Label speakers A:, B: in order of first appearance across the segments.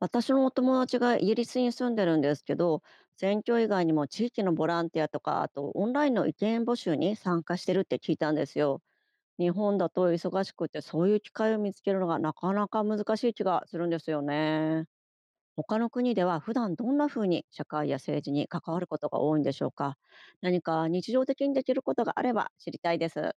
A: 私のお友達がイギリスに住んでるんですけど、選挙以外にも地域のボランティアとか、あとオンラインの意見募集に参加してるって聞いたんですよ。日本だと忙しくてそういう機会を見つけるのがなかなか難しい気がするんですよね。他の国では普段どんな風に社会や政治に関わることが多いんでしょうか？何か日常的にできることがあれば知りたいです。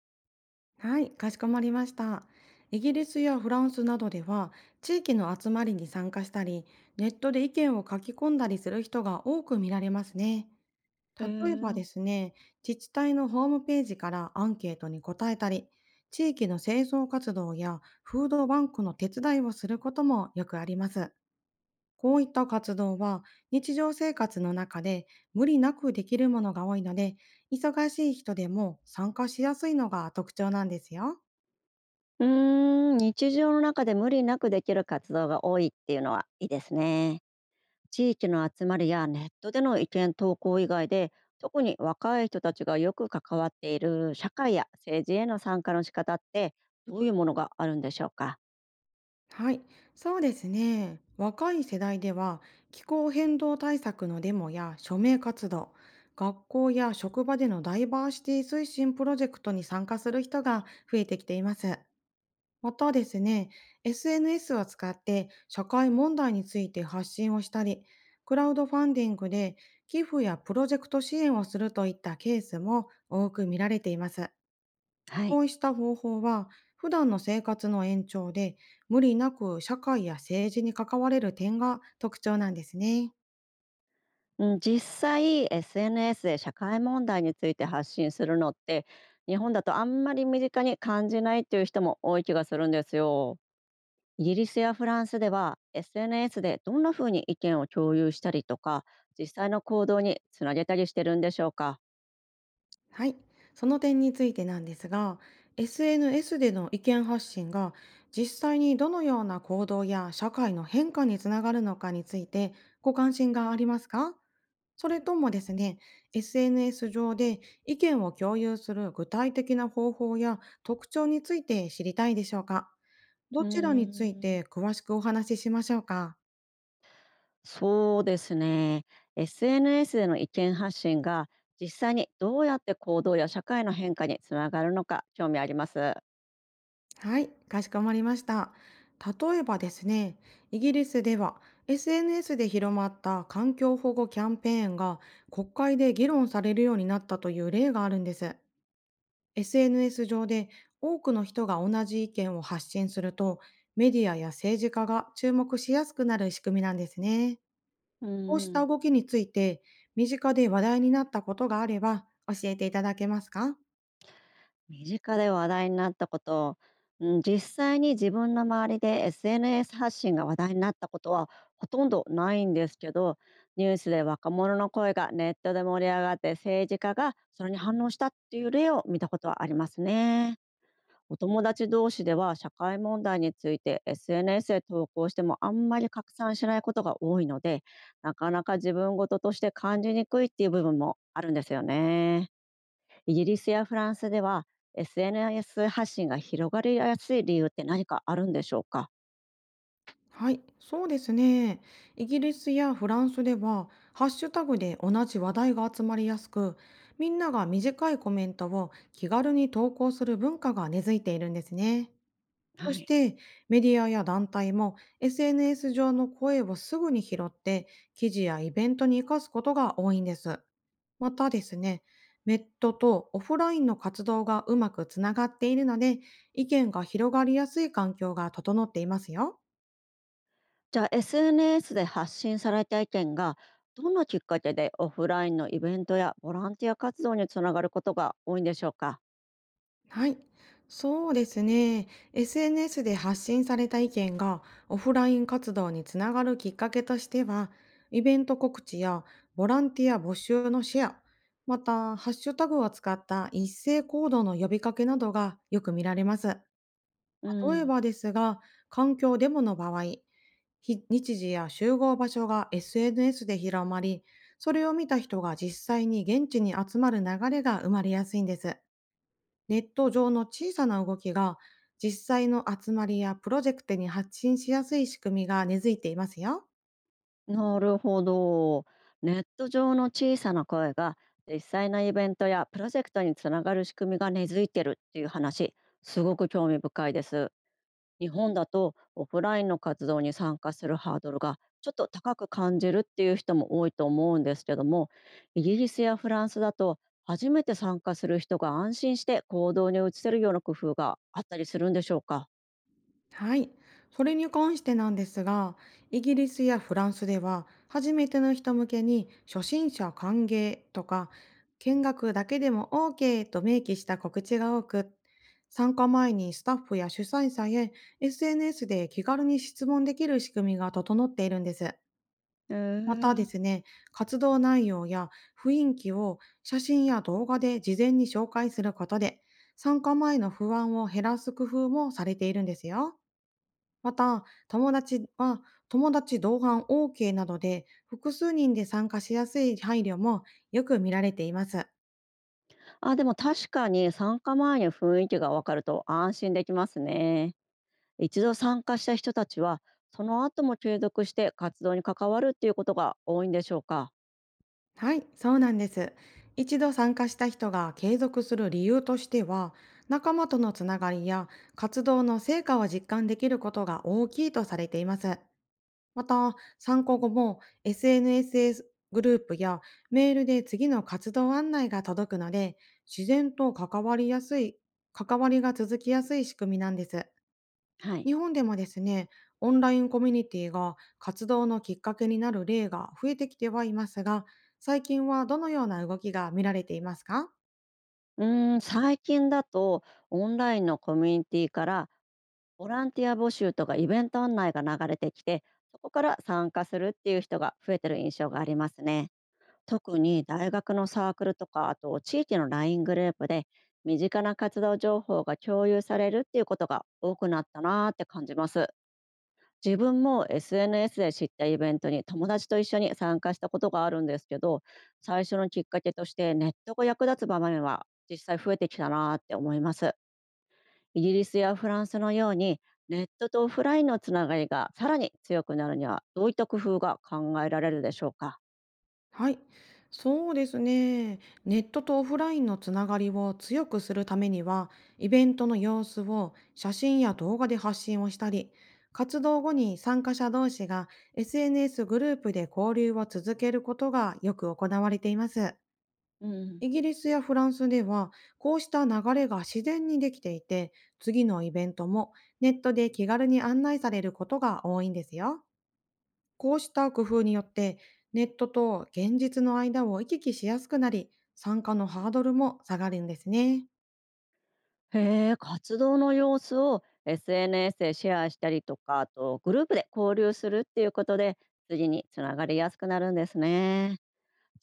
B: はい、かしこまりました。イギリスやフランスなどでは、地域の集まりに参加したり、ネットで意見を書き込んだりする人が多く見られますね。
A: へ
B: 例えばで
A: え。
B: すね、自治体のホームページからアンケートに答えたり、地域の清掃活動やフードバンクの手伝いをすることもよくあります。こういった活動は日常生活の中で無理なくできるものが多いので、忙しい人でも参加しやすいのが特徴なんですよ。
A: うーん、日常の中で無理なくできる活動が多いっていうのはいいですね。地域の集まりやネットでの意見投稿以外で、特に若い人たちがよく関わっている社会や政治への参加の仕方って、どういうものがあるんでしょうか？
B: はい、そうですね。若い世代では気候変動対策のデモや署名活動、学校や職場でのダイバーシティ推進プロジェクトに参加する人が増えてきています。またですね、SNS を使って社会問題について発信をしたり、クラウドファンディングで寄付やプロジェクト支援をするといったケースも多く見られています。
A: は
B: こ
A: い。
B: うした方法は、普段の生活の延長で、無理なく社会や政治に関われる点が特徴なんですね。
A: うん、実際 SNS で社会問題について発信するのって日本だとあんまり身近に感じないっていう人も多い気がするんですよ。イギリスやフランスでは SNS でどんなふうに意見を共有したりとか実際の行動につなげたりしてるんでしょうか？
B: はい。その点についてなんですが、SNS での意見発信が実際にどのような行動や社会の変化につながるのかについてご関心がありますか？それともですね、SNS 上で意見を共有する具体的な方法や特徴について知りたいでしょうか？
A: う
B: ど
A: ー
B: ちらについて
A: ん、
B: 詳しくお話ししましょうか？
A: そうですね。SNS での意見発信が実際にどうやって行動や社会の変化につながるのか興味あります。
B: はい、かしこまりました。例えばですね、イギリスでは SNS で広まった環境保護キャンペーンが国会で議論されるようになったという例があるんです。SNS 上で多くの人が同じ意見を発信すると、メディアや政治家が注目しやすくなる仕組みなんですね。
A: うん
B: こうし
A: う
B: た
A: ん、
B: 動きについて、身近で話題になったことがあれば教えていただけますか？
A: 身近で話題になったこと、うん、実際に自分の周りで SNS 発信が話題になったことはほとんどないんですけど、ニュースで若者の声がネットで盛り上がって政治家がそれに反応したっていう例を見たことはありますね。お友達同士では社会問題について SNS で投稿してもあんまり拡散しないことが多いので、なかなか自分事として感じにくいっていう部分もあるんですよね。イギリスやフランスでは SNS 発信が広がりやすい理由って何かあるんでしょうか？
B: はい、そうですね。イギリスやフランスでは、ハッシュタグで同じ話題が集まりやすく、みんなが短いコメントを気軽に投稿する文化が根付いているんですね。そ
A: は
B: し
A: い。
B: て、メディアや団体も SNS 上の声をすぐに拾って、記事やイベントに生かすことが多いんです。またですね、ネットとオフラインの活動がうまくつながっているので、意見が広がりやすい環境が整っていますよ。
A: じゃあ SNS で発信された意見が、どんなきっかけでオフラインのイベントやボランティア活動につながることが多いんでしょうか？
B: はい。そうですね。SNS で発信された意見がオフライン活動につながるきっかけとしては、イベント告知やボランティア募集のシェア、また、ハッシュタグを使った一斉行動の呼びかけなどがよく見られます。
A: う
B: 例え
A: ん、
B: ばですが、環境デモの場合、日時や集合場所が SNS で広まり、それを見た人が実際に現地に集まる流れが生まれやすいんです。ネット上の小さな動きが実際の集まりやプロジェクトに発信しやすい仕組みが根付いていますよ。
A: なるほど。ネット上の小さな声が実際のイベントやプロジェクトにつながる仕組みが根付いてるっていう話、すごく興味深いです。日本だとオフラインの活動に参加するハードルがちょっと高く感じるっていう人も多いと思うんですけども、イギリスやフランスだと初めて参加する人が安心して行動に移せるような工夫があったりするんでしょうか？
B: はい。それに関してなんですが、イギリスやフランスでは、初めての人向けに初心者歓迎とか、見学だけでも OK と明記した告知が多く、参加前にスタッフや主催者へ SNS で気軽に質問できる仕組みが整っているんです。
A: へ
B: また
A: え。
B: ですね、活動内容や雰囲気を写真や動画で事前に紹介することで、参加前の不安を減らす工夫もされているんですよ。また、友達同伴 OK などで複数人で参加しやすい配慮もよく見られています。
A: あ、でも確かに参加前に雰囲気がわかると安心できますね。一度参加した人たちは、その後も継続して活動に関わるっていうことが多いんでしょうか？
B: はい、そうなんです。一度参加した人が継続する理由としては、仲間とのつながりや活動の成果を実感できることが大きいとされています。また、参考後も SNS グループやメールで次の活動案内が届くので、自然と関わりやすい、関わりが続きやすい仕組みなんです。
A: はい。
B: 日本でもですね、オンラインコミュニティが活動のきっかけになる例が増えてきてはいますが、最近はどのような動きが見られていますか？
A: うーん、最近だとオンラインのコミュニティからボランティア募集とかイベント案内が流れてきて、そこから参加するっていう人が増えてる印象がありますね。特に大学のサークルとか、あと地域の LINE グループで身近な活動情報が共有されるっていうことが多くなったなーって感じます。自分も SNS で知ったイベントに友達と一緒に参加したことがあるんですけど、最初のきっかけとしてネットが役立つ場面は実際増えてきたなーって思います。イギリスやフランスのようにネットとオフラインのつながりがさらに強くなるには、どういった工夫が考えられるでしょうか？
B: はい、そうですね。ネットとオフラインのつながりを強くするためには、イベントの様子を写真や動画で発信をしたり、活動後に参加者同士が SNS グループで交流を続けることがよく行われています。
A: うん。
B: イギリスやフランスでは、こうした流れが自然にできていて、次のイベントもネットで気軽に案内されることが多いんですよ。こうした工夫によって、ネットと現実の間を行き来しやすくなり、参加のハードルも下がるんですね。
A: へえ、活動の様子を SNS でシェアしたりとか、あとグループで交流するっていうことで次につながりやすくなるんですね。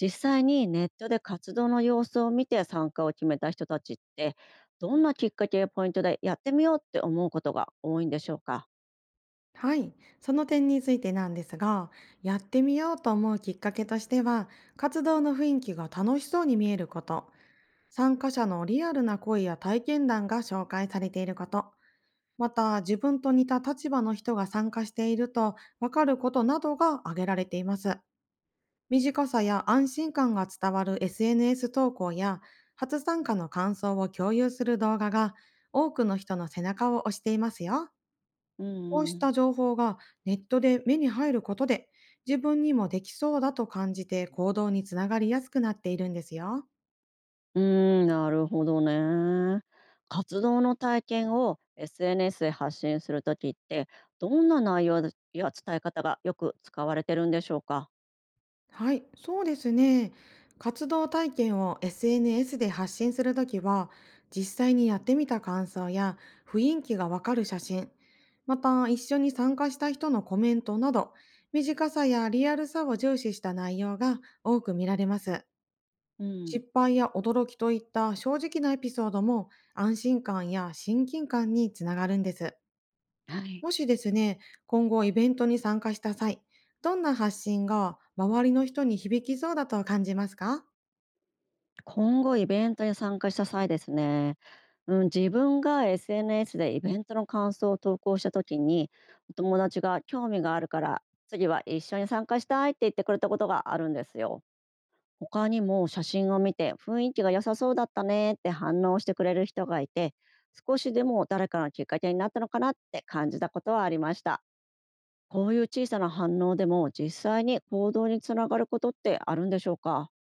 A: 実際にネットで活動の様子を見て参加を決めた人たちって、どんなきっかけやポイントでやってみようって思うことが多いんでしょうか？
B: はい。その点についてなんですが、やってみようと思うきっかけとしては、活動の雰囲気が楽しそうに見えること、参加者のリアルな声や体験談が紹介されていること、また自分と似た立場の人が参加しているとわかることなどが挙げられています。短さや安心感が伝わる SNS 投稿や、初参加の感想を共有する動画が、多くの人の背中を押していますよ。
A: う
B: こう
A: ん
B: し
A: うん。
B: た情報がネットで目に入ることで、自分にもできそうだと感じて行動につながりやすくなっているんですよ。
A: うーん、なるほどね。活動の体験を SNS で発信するときって、どんな内容や伝え方がよく使われてるんでしょうか？
B: はい、そうですね。活動体験を SNS で発信するときは、実際にやってみた感想や雰囲気がわかる写真、また一緒に参加した人のコメントなど、短さやリアルさを重視した内容が多く見られます。
A: うん。
B: 失敗や驚きといった正直なエピソードも安心感や親近感につながるんです。
A: はい。
B: もしですね、今後イベントに参加した際、どんな発信が周りの人に響きそうだと感じますか？
A: 今後イベントに参加した際ですね、うん、自分が SNS でイベントの感想を投稿した時に、お友達が興味があるから、次は一緒に参加したいって言ってくれたことがあるんですよ。他にも写真を見て雰囲気が良さそうだったねって反応してくれる人がいて、少しでも誰かのきっかけになったのかなって感じたことはありました。こういう小さな反応でも実際に行動につながることってあるんでしょうか？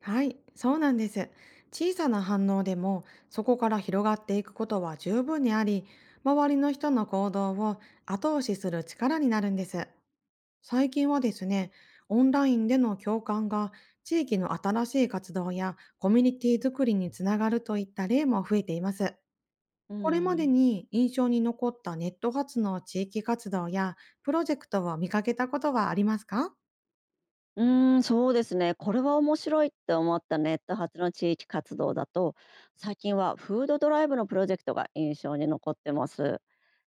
B: はい、そうなんです。小さな反応でも、そこから広がっていくことは十分にあり、周りの人の行動を後押しする力になるんです。最近はですね、オンラインでの共感が地域の新しい活動やコミュニティ作りにつながるといった例も増えています。
A: う
B: これまで
A: ん。
B: に印象に残ったネット発の地域活動やプロジェクトを見かけたことはありますか？
A: うーん、そうですね。これは面白いって思ったネット発の地域活動だと、最近はフードドライブのプロジェクトが印象に残ってます。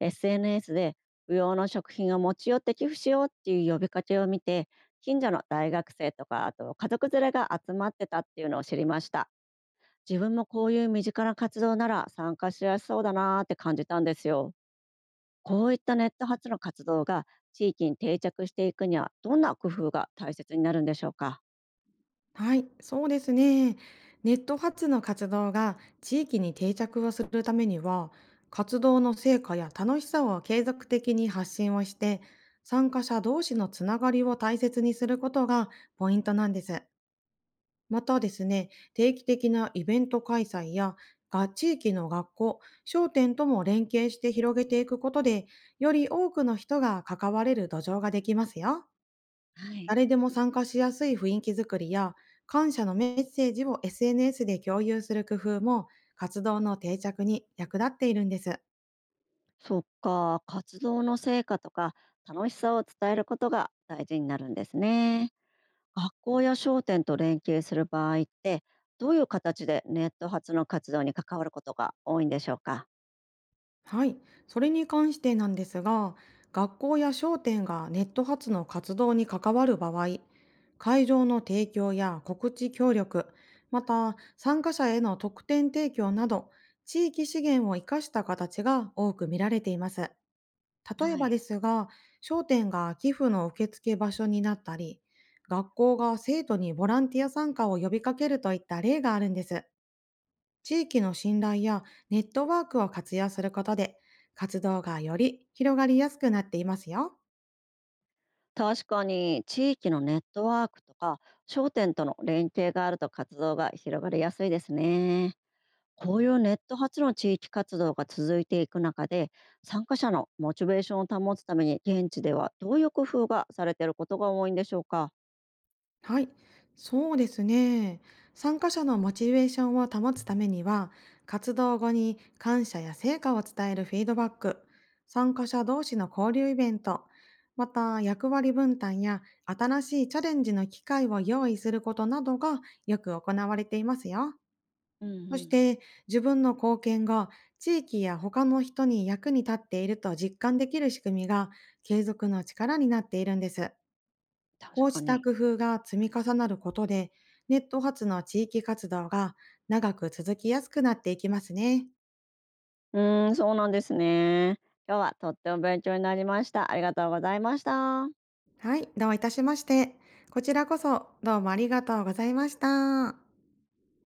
A: SNS で不要の食品を持ち寄って寄付しようっていう呼びかけを見て、近所の大学生とか、あと家族連れが集まってたっていうのを知りました。自分もこういう身近な活動なら参加しやすそうだなーって感じたんですよ。こういったネット発の活動が地域に定着していくには、どんな工夫が大切になるんでしょうか？
B: はい、そうですね。ネット発の活動が地域に定着をするためには、活動の成果や楽しさを継続的に発信をして、参加者同士のつながりを大切にすることがポイントなんです。またですね、定期的なイベント開催や、地域の学校、商店とも連携して広げていくことで、より多くの人が関われる土壌ができますよ。
A: はい。
B: 誰でも参加しやすい雰囲気づくりや、感謝のメッセージを SNS で共有する工夫も、活動の定着に役立っているんです。
A: そっか、活動の成果とか楽しさを伝えることが大事になるんですね。学校や商店と連携する場合って、どういう形でネット発の活動に関わることが多いんでしょうか？
B: はい、それに関してなんですが、学校や商店がネット発の活動に関わる場合、会場の提供や告知協力、また参加者への特典提供など、地域資源を生かした形が多く見られています。例え
A: は
B: ば
A: い。
B: ですが、商店が寄付の受付場所になったり、学校が生徒にボランティア参加を呼びかけるといった例があるんです。地域の信頼やネットワークを活用することで、活動がより広がりやすくなっていますよ。
A: 確かに地域のネットワークとか商店との連携があると活動が広がりやすいですね。こういうネット発の地域活動が続いていく中で、参加者のモチベーションを保つために現地では、どういう工夫がされていることが多いんでしょうか？
B: はい。そうですね。参加者のモチベーションを保つためには、活動後に感謝や成果を伝えるフィードバック、参加者同士の交流イベント、また役割分担や新しいチャレンジの機会を用意することなどがよく行われていますよ。
A: うんう
B: そし
A: ん。
B: て自分の貢献が地域や他の人に役に立っていると実感できる仕組みが継続の力になっているんです。
A: 確
B: こう
A: か
B: した
A: に。
B: 工夫が積み重なることで、ネット発の地域活動が長く続きやすくなっていきますね。
A: うーん、そうなんですね。今日はとっても勉強になりました。ありがとうございました。
B: はい、どういたしまして。こちらこそどうもありがとうございました。